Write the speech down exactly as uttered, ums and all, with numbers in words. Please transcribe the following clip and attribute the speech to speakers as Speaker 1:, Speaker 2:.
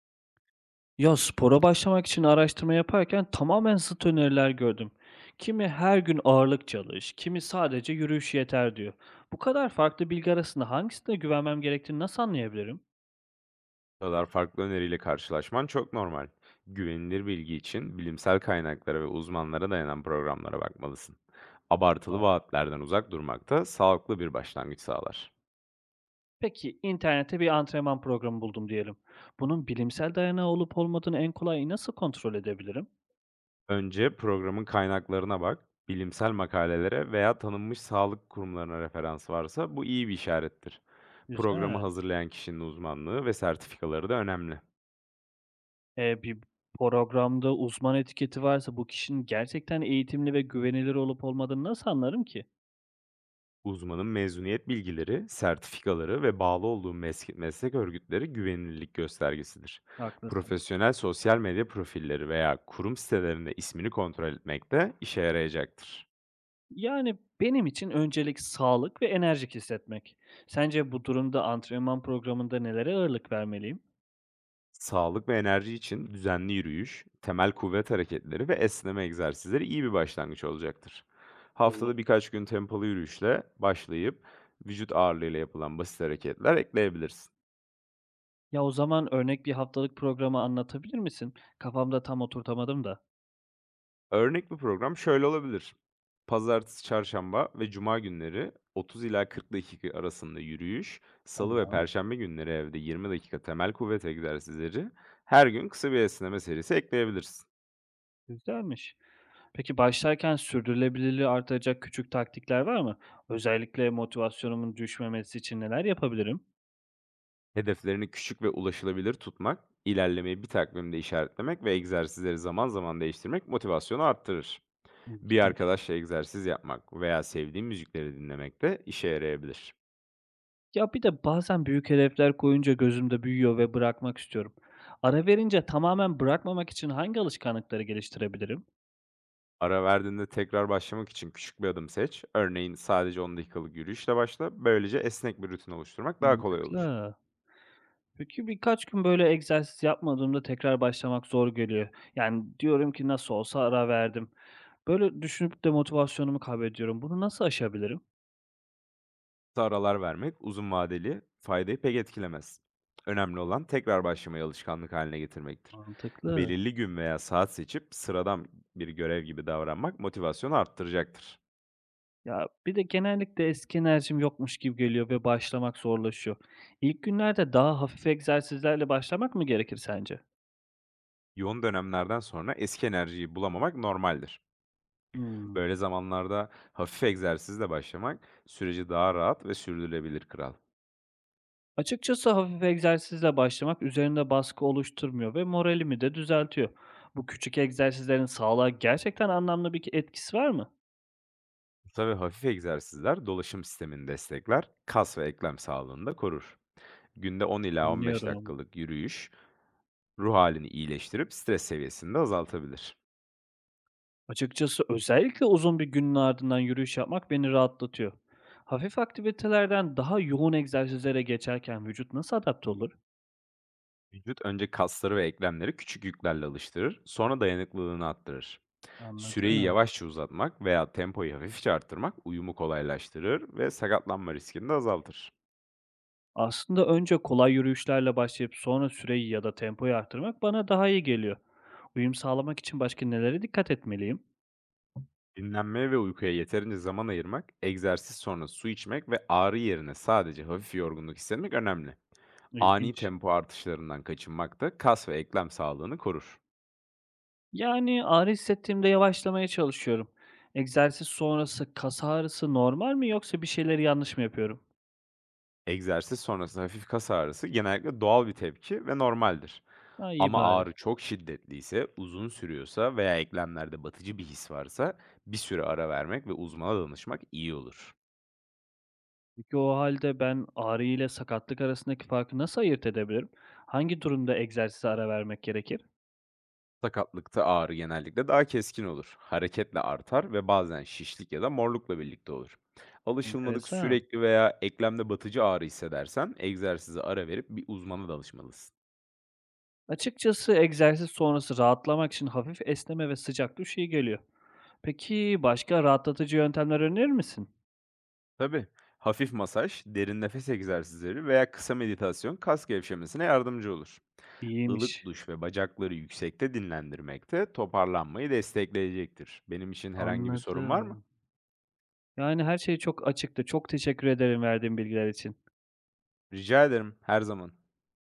Speaker 1: Ya, spora başlamak için araştırma yaparken tamamen zıt öneriler gördüm. Kimi her gün ağırlık çalış, kimi sadece yürüyüş yeter diyor. Bu kadar farklı bilgi arasında hangisine güvenmem gerektiğini nasıl anlayabilirim?
Speaker 2: Bu kadar farklı öneriyle karşılaşman çok normal. Güvenilir bilgi için bilimsel kaynaklara ve uzmanlara dayanan programlara bakmalısın.
Speaker 1: Aa.
Speaker 2: Abartılı vaatlerden uzak durmak da sağlıklı bir başlangıç sağlar.
Speaker 1: Peki internette bir antrenman programı buldum diyelim. Bunun bilimsel dayanağı olup olmadığını en kolay nasıl kontrol edebilirim?
Speaker 2: Önce programın kaynaklarına bak, bilimsel makalelere veya tanınmış sağlık kurumlarına referans varsa bu iyi bir işarettir. Programı
Speaker 1: Güzel.
Speaker 2: hazırlayan kişinin uzmanlığı ve sertifikaları da önemli.
Speaker 1: Ee, bir programda uzman etiketi varsa bu kişinin gerçekten eğitimli ve güvenilir olup olmadığını nasıl anlarım ki?
Speaker 2: Uzmanın mezuniyet bilgileri, sertifikaları ve bağlı olduğu meslek, meslek örgütleri güvenilirlik göstergesidir.
Speaker 1: Haklısın.
Speaker 2: Profesyonel sosyal medya profilleri veya kurum sitelerinde ismini kontrol etmek de işe yarayacaktır.
Speaker 1: Yani, benim için öncelik sağlık ve enerjik hissetmek. Sence bu durumda antrenman programında nelere ağırlık vermeliyim?
Speaker 2: Sağlık ve enerji için düzenli yürüyüş, temel kuvvet hareketleri ve esneme egzersizleri iyi bir başlangıç olacaktır.
Speaker 1: Doğru.
Speaker 2: Haftada birkaç gün tempolu yürüyüşle başlayıp vücut ağırlığıyla yapılan basit hareketler ekleyebilirsin.
Speaker 1: Ya, o zaman örnek bir haftalık programı anlatabilir misin? Kafamda tam oturtamadım da.
Speaker 2: Örnek bir program şöyle olabilir. Pazartesi, çarşamba ve cuma günleri otuz ila kırk dakika arasında yürüyüş, salı ve
Speaker 1: Tamam.
Speaker 2: perşembe günleri evde yirmi dakika temel kuvvet egzersizleri, her gün kısa bir esneme serisi ekleyebilirsin.
Speaker 1: Güzelmiş. Peki başlarken sürdürülebilirliği artıracak küçük taktikler var mı? Özellikle motivasyonumun düşmemesi için neler yapabilirim?
Speaker 2: Hedeflerini küçük ve ulaşılabilir tutmak, ilerlemeyi bir takvimde işaretlemek ve egzersizleri zaman zaman değiştirmek motivasyonu arttırır. Bir
Speaker 1: İlginç.
Speaker 2: arkadaşla egzersiz yapmak veya sevdiğin müzikleri dinlemek de işe yarayabilir.
Speaker 1: Ya, bir de bazen büyük hedefler koyunca gözümde büyüyor ve bırakmak istiyorum. Ara verince tamamen bırakmamak için hangi alışkanlıkları geliştirebilirim?
Speaker 2: Ara verdiğinde tekrar başlamak için küçük bir adım seç. Örneğin sadece on dakikalık yürüyüşle başla. Böylece esnek bir rutin oluşturmak daha kolay olur.
Speaker 1: Mantıklı. Peki birkaç gün böyle egzersiz yapmadığımda tekrar başlamak zor geliyor. Yani diyorum ki nasıl olsa ara verdim. Böyle düşünüp de motivasyonumu kaybediyorum. Bunu nasıl aşabilirim?
Speaker 2: Kısa aralar vermek uzun vadeli faydayı pek etkilemez. Önemli olan tekrar başlamayı alışkanlık haline getirmektir.
Speaker 1: Mantıklı.
Speaker 2: Belirli gün veya saat seçip sıradan bir görev gibi davranmak motivasyonu arttıracaktır.
Speaker 1: Ya bir de genellikle eski enerjim yokmuş gibi geliyor ve başlamak zorlaşıyor. İlk günlerde daha hafif egzersizlerle başlamak mı gerekir sence?
Speaker 2: Yoğun dönemlerden sonra eski enerjiyi bulamamak normaldir.
Speaker 1: Hmm.
Speaker 2: Böyle zamanlarda hafif egzersizle başlamak süreci daha rahat ve sürdürülebilir kral.
Speaker 1: Açıkçası hafif egzersizle başlamak üzerinde baskı oluşturmuyor ve moralimi de düzeltiyor. Bu küçük egzersizlerin sağlığa gerçekten anlamlı bir etkisi var mı?
Speaker 2: Tabii hafif egzersizler dolaşım sistemini destekler, kas ve eklem sağlığını da korur. Günde on ila on beş
Speaker 1: Anlıyorum.
Speaker 2: dakikalık yürüyüş ruh halini iyileştirip stres seviyesini de azaltabilir.
Speaker 1: Açıkçası özellikle uzun bir günün ardından yürüyüş yapmak beni rahatlatıyor. Hafif aktivitelerden daha yoğun egzersizlere geçerken vücut nasıl adapte olur?
Speaker 2: Vücut önce kasları ve eklemleri küçük yüklerle alıştırır, sonra dayanıklılığını arttırır. Süreyi
Speaker 1: Anladım.
Speaker 2: yavaşça uzatmak veya tempoyu hafifçe arttırmak uyumu kolaylaştırır ve sakatlanma riskini de azaltır.
Speaker 1: Aslında önce kolay yürüyüşlerle başlayıp sonra süreyi ya da tempoyu arttırmak bana daha iyi geliyor. Uyum sağlamak için başka nelere dikkat etmeliyim?
Speaker 2: Dinlenmeye ve uykuya yeterince zaman ayırmak, egzersiz sonrası su içmek ve ağrı yerine sadece hafif yorgunluk hissetmek önemli. Ani
Speaker 1: İlginç.
Speaker 2: tempo artışlarından kaçınmak da kas ve eklem sağlığını korur.
Speaker 1: Yani, ağrı hissettiğimde yavaşlamaya çalışıyorum. Egzersiz sonrası kas ağrısı normal mi yoksa bir şeyleri yanlış mı yapıyorum?
Speaker 2: Egzersiz sonrası hafif kas ağrısı genellikle doğal bir tepki ve normaldir.
Speaker 1: Ha, iyi
Speaker 2: Ama
Speaker 1: bari.
Speaker 2: ağrı çok şiddetliyse, uzun sürüyorsa veya eklemlerde batıcı bir his varsa bir süre ara vermek ve uzmana danışmak iyi olur.
Speaker 1: Peki o halde ben ağrı ile sakatlık arasındaki farkı nasıl ayırt edebilirim? Hangi durumda egzersize ara vermek gerekir?
Speaker 2: Sakatlıkta ağrı genellikle daha keskin olur. Hareketle artar ve bazen şişlik ya da morlukla birlikte olur. Alışılmadık
Speaker 1: Enteresan.
Speaker 2: sürekli veya eklemde batıcı ağrı hissedersen egzersize ara verip bir uzmana danışmalısın.
Speaker 1: Açıkçası egzersiz sonrası rahatlamak için hafif esneme ve sıcak duş iyi geliyor. Peki başka rahatlatıcı yöntemler önerir misin?
Speaker 2: Tabii. Hafif masaj, derin nefes egzersizleri veya kısa meditasyon kas gevşemesine yardımcı olur. Ilık
Speaker 1: İyiymiş.
Speaker 2: duş ve bacakları yüksekte dinlendirmek de toparlanmayı destekleyecektir. Benim için herhangi bir sorun var mı?
Speaker 1: Anladım. Yani, her şey çok açıktı. Çok teşekkür ederim verdiğin bilgiler için.
Speaker 2: Rica ederim, her zaman.